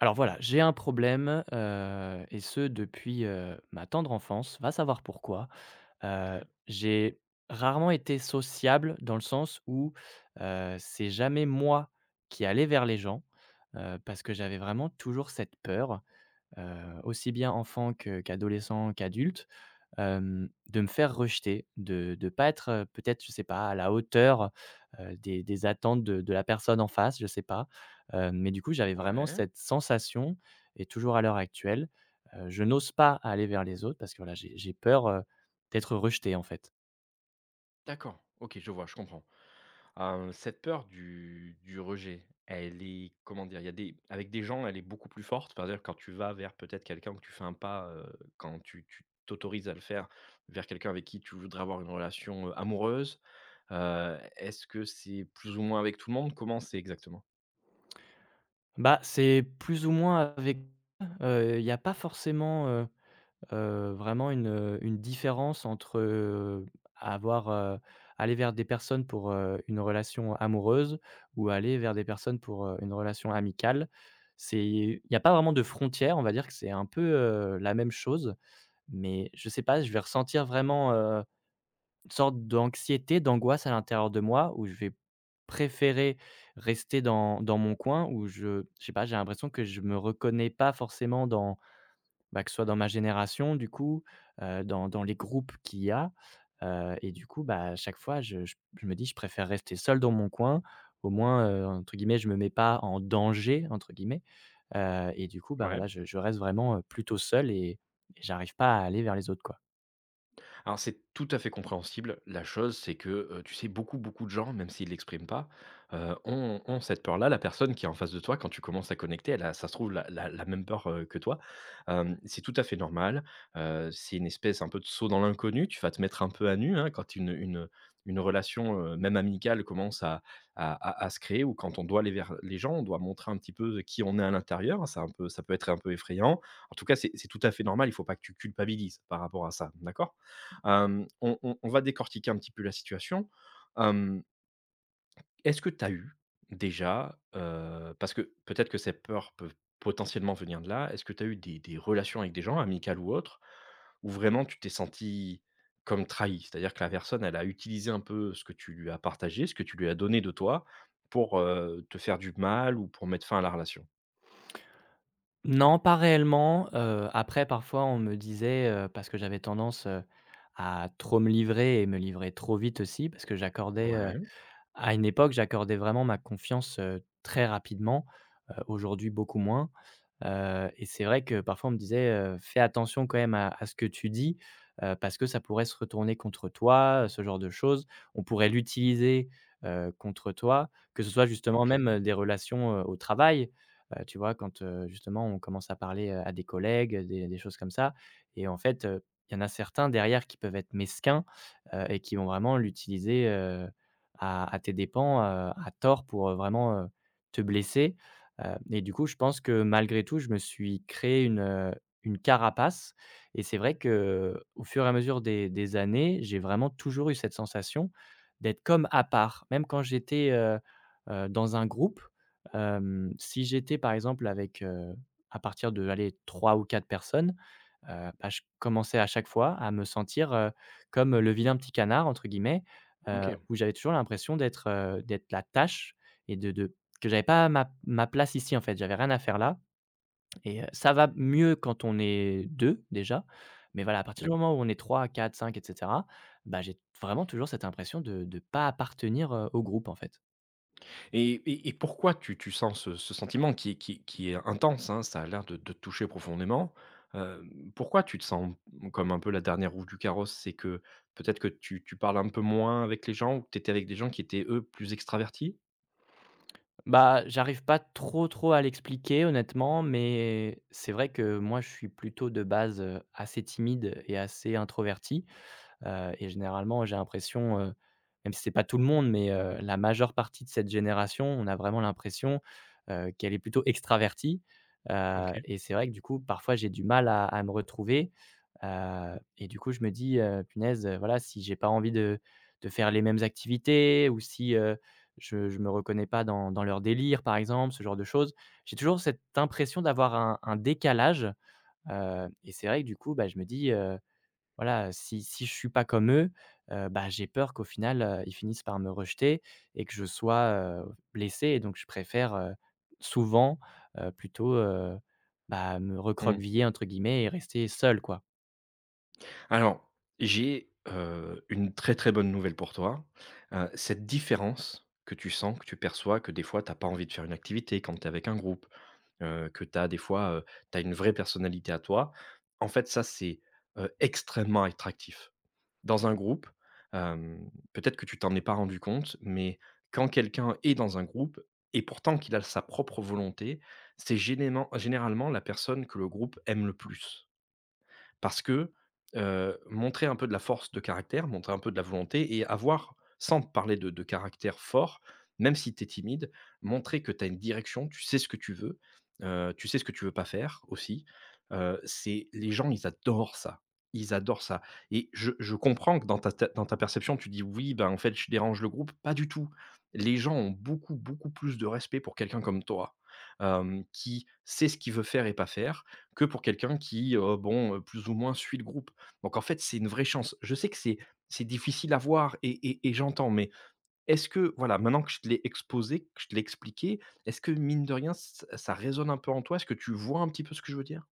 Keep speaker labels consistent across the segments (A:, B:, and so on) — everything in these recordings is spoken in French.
A: Alors voilà, j'ai un problème, et ce depuis, ma tendre enfance, va savoir pourquoi. Heu,
B: OK.
A: j'ai rarement été sociable dans le sens où, c'est jamais moi qui allais vers les gens, parce que j'avais vraiment toujours cette peur, aussi bien enfant que qu'adolescent, qu'adulte, de me faire rejeter, de pas être, peut-être, je sais pas, à la hauteur, des attentes de la personne en face, je sais pas. Mais du coup, j'avais vraiment
B: Ouais.
A: cette sensation et toujours à l'heure actuelle, je n'ose pas aller vers les autres parce que voilà, j'ai peur, d'être rejeté, en fait.
B: D'accord. OK, je vois, je comprends. Cette peur du rejet, elle est comment dire? Il y a des avec des gens, elle est beaucoup plus forte. C'est-à-dire quand tu vas vers peut-être quelqu'un que tu fais un pas, quand tu t'autorises à le faire vers quelqu'un avec qui tu voudrais avoir une relation, amoureuse, est-ce que c'est plus ou moins avec tout le monde? Comment c'est exactement?
A: Bah, c'est plus ou moins avec il y a pas forcément, vraiment une différence entre, avoir, aller vers des personnes pour, une relation amoureuse ou aller vers des personnes pour, une relation amicale. C'est il y a pas vraiment de frontière, on va dire que c'est un peu, la même chose, mais je sais pas, je vais ressentir vraiment, une sorte d'anxiété, d'angoisse à l'intérieur de moi où je vais préférer rester dans mon coin où je sais pas, j'ai l'impression que je me reconnais pas forcément dans bah, que ce soit dans ma génération du coup, dans les groupes qu'il y a, et du coup, bah, à chaque fois je me dis: «Je préfère rester seul dans mon coin, au moins, entre guillemets, je me mets pas en "danger" entre guillemets», et du coup, bah,
B: Ouais.
A: voilà, je reste vraiment, plutôt seul et j'arrive pas à aller vers les autres, quoi.
B: Alors c'est tout à fait compréhensible. La chose, c'est que, tu sais, beaucoup, beaucoup de gens, même s'ils ne l'expriment pas, ont cette peur-là. La personne qui est en face de toi, quand tu commences à connecter, elle a ça se trouve la même peur, que toi. Hem, c'est tout à fait normal. C'est une espèce un peu de saut dans l'inconnu. Tu vas te mettre un peu à nu, hein, quand une une relation, même amicale commence à se créer ou quand on doit aller vers les gens, on doit montrer un petit peu qui on est à l'intérieur. Ça un peu ça peut être un peu effrayant. En tout cas, c'est tout à fait normal. Il ne faut pas que tu culpabilises par rapport à ça, d'accord? Hem, on va décortiquer un petit peu la situation. Hem, est-ce que tu as eu déjà, parce que peut-être que ces peurs peuvent potentiellement venir de là, est-ce que tu as eu des relations avec des gens, amicales ou autres, où vraiment tu t'es senti comme trahi, c'est-à-dire que la personne, elle a utilisé un peu ce que tu lui as partagé, ce que tu lui as donné de toi pour, te faire du mal ou pour mettre fin à la relation?
A: Non, pas réellement, après parfois on me disait, parce que j'avais tendance, à trop me livrer et me livrer trop vite aussi, parce que j'accordais,
B: Ouais,
A: à une époque, j'accordais vraiment ma confiance, très rapidement, aujourd'hui beaucoup moins, et c'est vrai que parfois on me disait, «Fais attention quand même à ce que tu dis, parce que ça pourrait se retourner contre toi», ce genre de choses. On pourrait l'utiliser, contre toi, que ce soit justement
B: OK.
A: même, des relations, au travail, tu vois? Quand, justement on commence à parler, à des collègues, des choses comme ça et en fait, il y en a certains derrière qui peuvent être mesquins, et qui vont vraiment l'utiliser, à tes dépens, à tort pour, vraiment, te blesser, et du coup, je pense que malgré tout, je me suis créé une carapace et c'est vrai que au fur et à mesure des années, j'ai vraiment toujours eu cette sensation d'être comme à part. Même quand j'étais, dans un groupe, si j'étais, par exemple, avec, à partir de, allez, 3 ou 4 personnes, Bah, je commençais à chaque fois à me sentir, comme, «le vilain petit canard» entre guillemets,
B: OK.
A: où j'avais toujours l'impression d'être, d'être la tâche et de que j'avais pas ma place ici en fait. J'avais rien à faire là et ça va mieux quand on est 2 déjà, mais voilà, à partir du moment où on est trois, quatre, cinq, et cetera, bah, j'ai vraiment toujours cette impression de pas appartenir, au groupe en fait.
B: Et pourquoi tu sens ce sentiment qui est qui est intense, hein, ça a l'air de te toucher profondément. Hem, pourquoi tu te sens comme un peu la dernière roue du carrosse? C'est que peut-être que tu parles un peu moins avec les gens ou que tu étais avec des gens qui étaient, eux, plus extravertis?
A: Bah, j'arrive pas trop, trop à l'expliquer honnêtement, mais c'est vrai que moi, je suis plutôt de base, assez timide et assez introverti. Et généralement, j'ai l'impression, même si c'est pas tout le monde, mais la majeure partie de cette génération, on a vraiment l'impression, qu'elle est plutôt extravertie,
B: OK.
A: et c'est vrai que du coup, parfois, j'ai du mal à me retrouver, et du coup, je me dis, «Punaise, voilà, si j'ai pas envie de faire les mêmes activités ou si, je me reconnais pas dans leur délire», par exemple, ce genre de choses. J'ai toujours cette impression d'avoir un décalage, et c'est vrai que du coup, bah, je me dis, voilà, si je suis pas comme eux, bah, j'ai peur qu'au final, ils finissent par me rejeter et que je sois, blessé et donc je préfère, souvent, plutôt, bah, me
B: Mmh.
A: «recroqueviller» entre guillemets et rester seul, quoi.
B: Alors, j'ai, une très, très bonne nouvelle pour toi. Cette différence que tu sens, que tu perçois, que des fois tu as pas envie de faire une activité quand tu es avec un groupe, que tu as des fois, tu as une vraie personnalité à toi. En fait, ça, c'est, extrêmement attractif. Dans un groupe, hem, peut-être que tu t'en es pas rendu compte, mais quand quelqu'un est dans un groupe et pourtant qu'il a sa propre volonté, c'est généralement la personne que le groupe aime le plus. Parce que, montrer un peu de la force de caractère, montrer un peu de la volonté et avoir sans parler de caractère fort, même si tu es timide, montrer que tu as une direction, tu sais ce que tu veux, tu sais ce que tu veux pas faire aussi. C'est les gens, ils adorent ça. Ils adorent ça et je comprends que dans ta tê dans ta perception, tu dis: «Oui, ben, en fait, je dérange le groupe». Pas du tout. Les gens ont beaucoup, beaucoup plus de respect pour quelqu'un comme toi, hem, qui sait ce qu'il veut faire et pas faire, que pour quelqu'un qui, bon, plus ou moins suit le groupe. Donc en fait, c'est une vraie chance. Je sais que c'est difficile à voir et et j'entends, mais est-ce que voilà, maintenant que je te l'ai exposé, que je te l'ai expliqué, est-ce que mine de rien, ç ça résonne un peu en toi? Est-ce que tu vois un petit peu ce que je veux dire?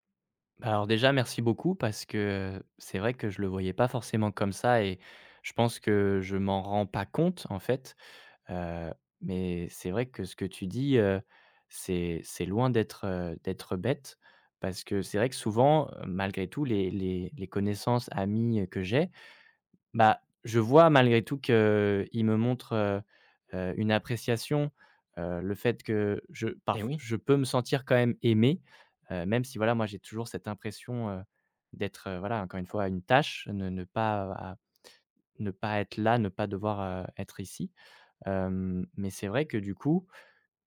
A: Bah, alors déjà merci beaucoup parce que, c'est vrai que je le voyais pas forcément comme ça et je pense que je m'en rends pas compte, en fait. Heu, mais c'est vrai que ce que tu dis, c'est loin d'être, d'être bête parce que c'est vrai que souvent, malgré tout les connaissances, amis, que j'ai, bah, je vois malgré tout qu'ils me montrent, une appréciation, le fait que je
B: Eh
A: parf
B: oui,
A: je peux me sentir quand même aimé, même si voilà, moi j'ai toujours cette impression, d'être, voilà, encore une fois une tâche, ne pas, à ne pas être là, ne pas devoir, être ici. Mais c'est vrai que du coup,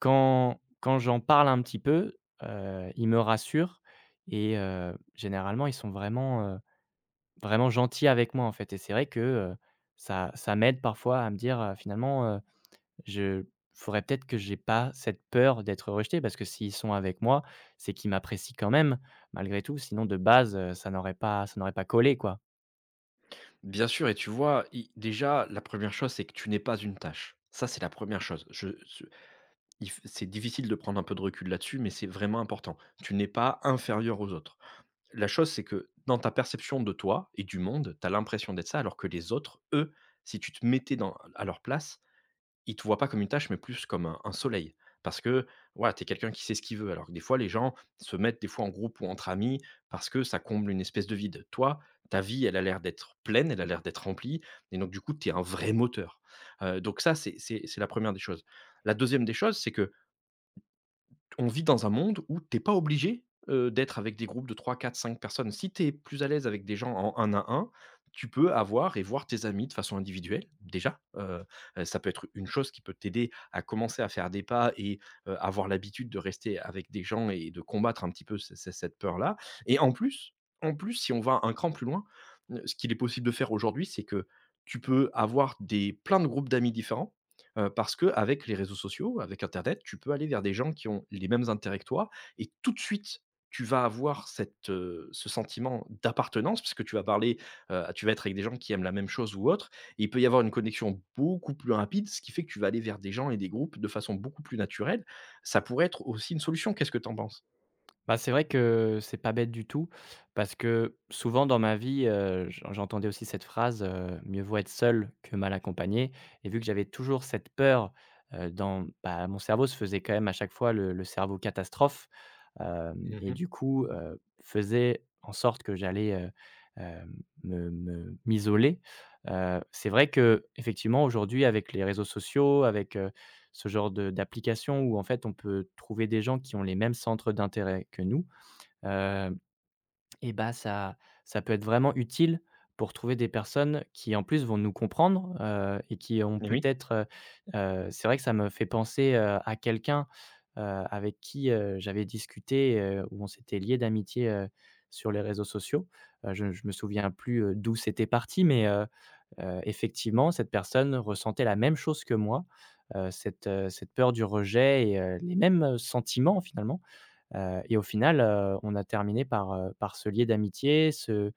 A: quand j'en parle un petit peu, ils me rassurent et généralement ils sont vraiment, vraiment gentils avec moi, en fait et c'est vrai que, ça m'aide parfois à me dire, finalement, je faudrait peut-être que j'ai pas cette peur d'être rejeté parce que s'ils sont avec moi, c'est qu'ils m'apprécient quand même malgré tout, sinon de base, ça n'aurait pas collé, quoi.
B: bien sûr et tu vois, i déjà, la première chose, c'est que tu n'es pas une tâche. Ça, c'est la première chose. Je ce il f C'est difficile de prendre un peu de recul là-dessus, mais c'est vraiment important. Tu n'es pas inférieur aux autres. La chose, c'est que dans ta perception de toi et du monde, tu as l'impression d'être ça, alors que les autres, eux, si tu te mettais dans à leur place, ils te voient pas comme une tâche, mais plus comme un soleil. Parce que voilà, tu es quelqu'un qui sait ce qu'il veut. Alors que des fois, les gens se mettent des fois en groupe ou entre amis parce que ça comble une espèce de vide. Toi, ta vie, elle a l'air d'être pleine, elle a l'air d'être remplie. Et donc, du coup, tu es un vrai moteur. Donc, ça, c'est la première des choses. La deuxième des choses, c'est que on vit dans un monde où t'es pas obligé, d'être avec des groupes de trois, quatre, cinq personnes. Si tu es plus à l'aise avec des gens en un à un, tu peux avoir et voir tes amis de façon individuelle, déjà, ça peut être une chose qui peut t'aider à commencer à faire des pas et avoir l'habitude de rester avec des gens et de combattre un petit peu ce cette peur-là et en plus, si on va un cran plus loin, ce qu'il est possible de faire aujourd'hui, c'est que tu peux avoir des plein de groupes d'amis différents. Parce que avec les réseaux sociaux, avec internet, tu peux aller vers des gens qui ont les mêmes intérêts que toi et tout de suite, tu vas avoir cette, ce sentiment d'appartenance puisque tu vas parler, tu vas être avec des gens qui aiment la même chose ou autre et il peut y avoir une connexion beaucoup plus rapide, ce qui fait que tu vas aller vers des gens et des groupes de façon beaucoup plus naturelle. Ça pourrait être aussi une solution, qu'est-ce que tu en penses?
A: Bah, c'est vrai que c'est pas bête du tout parce que souvent dans ma vie, j'en j'entendais aussi cette phrase, «Mieux vaut être seul que mal accompagné» et vu que j'avais toujours cette peur, dans bah, mon cerveau se faisait quand même à chaque fois le cerveau catastrophe, hem et
B: Mmh.
A: du coup, faisait en sorte que j'allais, me me m'isoler, c'est vrai que effectivement aujourd'hui avec les réseaux sociaux, avec, ce genre de d'application où en fait on peut trouver des gens qui ont les mêmes centres d'intérêt que nous, heu et bah, ça ça peut être vraiment utile pour trouver des personnes qui, en plus, vont nous comprendre, et qui ont
B: Eh oui,
A: peut-être, c'est vrai que ça me fait penser, à quelqu'un, heu, avec qui, j'avais discuté, où on s'était lié d'amitié, sur les réseaux sociaux. Je me souviens plus, d'où c'était parti, mais effectivement, cette personne ressentait la même chose que moi, cette, cette peur du rejet et les mêmes sentiments finalement. Et au final, on a terminé par, par se lier d'amitié, se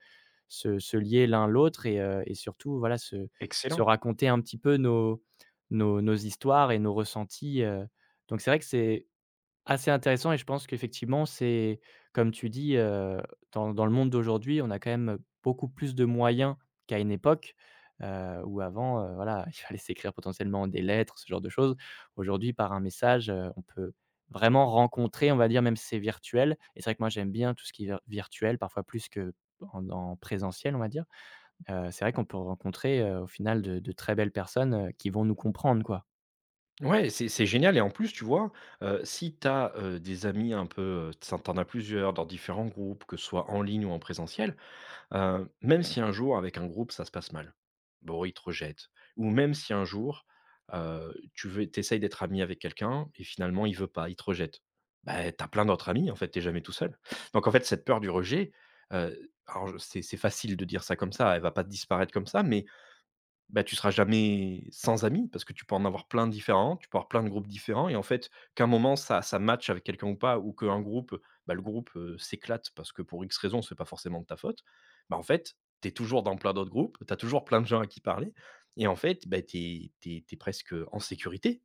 A: se lier l'un l'autre et surtout, voilà, se se
B: excellent.
A: raconter un petit peu nos nos histoires et nos ressentis, donc c'est vrai que c'est assez intéressant et je pense qu'effectivement, c'est comme tu dis, dans le monde d'aujourd'hui, on a quand même beaucoup plus de moyens qu'à une époque, où avant, voilà, il fallait s'écrire potentiellement des lettres, ce genre de choses. Aujourd'hui, par un message, on peut vraiment rencontrer, on va dire, même si c'est virtuel et c'est vrai que moi, j'aime bien tout ce qui est vir virtuel, parfois plus qu'en en présentiel, on va dire. C'est vrai qu'on peut rencontrer, au final de très belles personnes, qui vont nous comprendre, quoi.
B: Ouais, c'est génial et en plus, tu vois, si tu as, des amis un peu, tu en as plusieurs dans différents groupes, que ce soit en ligne ou en présentiel. Même si un jour avec un groupe ça se passe mal, bon ils te rejettent ou même si un jour, tu veux tu essayes d'être ami avec quelqu'un et finalement il veut pas, il te rejette. Bah, tu plein d'autres amis en fait, t'es jamais tout seul. Donc en fait cette peur du rejet, alors je c'est facile de dire ça comme ça, elle va pas disparaître comme ça, mais bah, tu seras jamais sans amis parce que tu peux en avoir plein de différents, tu peux avoir plein de groupes différents et en fait, qu'un moment ça matche avec quelqu'un ou pas ou qu'un groupe, bah, le groupe, s'éclate parce que pour X raison c'est pas forcément de ta faute. Bah, en fait, tu es toujours dans plein d'autres groupes, tu as toujours plein de gens à qui parler et en fait, bah, tu es tu presque en sécurité.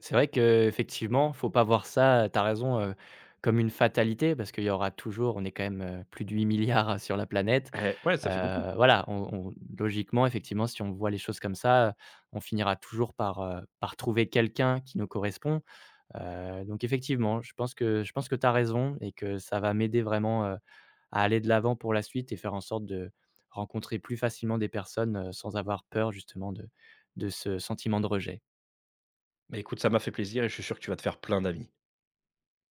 A: C'est vrai qu'effectivement, faut pas voir ça, tu as raison, comme une fatalité parce qu'il y aura toujours on est quand même, plus de 8 milliards sur la planète.
B: Eh ouais, ça fait beaucoup.
A: Voilà, on logiquement, effectivement, si on voit les choses comme ça, on finira toujours par, par trouver quelqu'un qui nous correspond. Donc effectivement, je pense que tu as raison et que ça va m'aider vraiment, à aller de l'avant pour la suite et faire en sorte de rencontrer plus facilement des personnes, sans avoir peur justement de ce sentiment de rejet.
B: Bah, écoute, ça m'a fait plaisir et je suis sûr que tu vas te faire plein d'amis.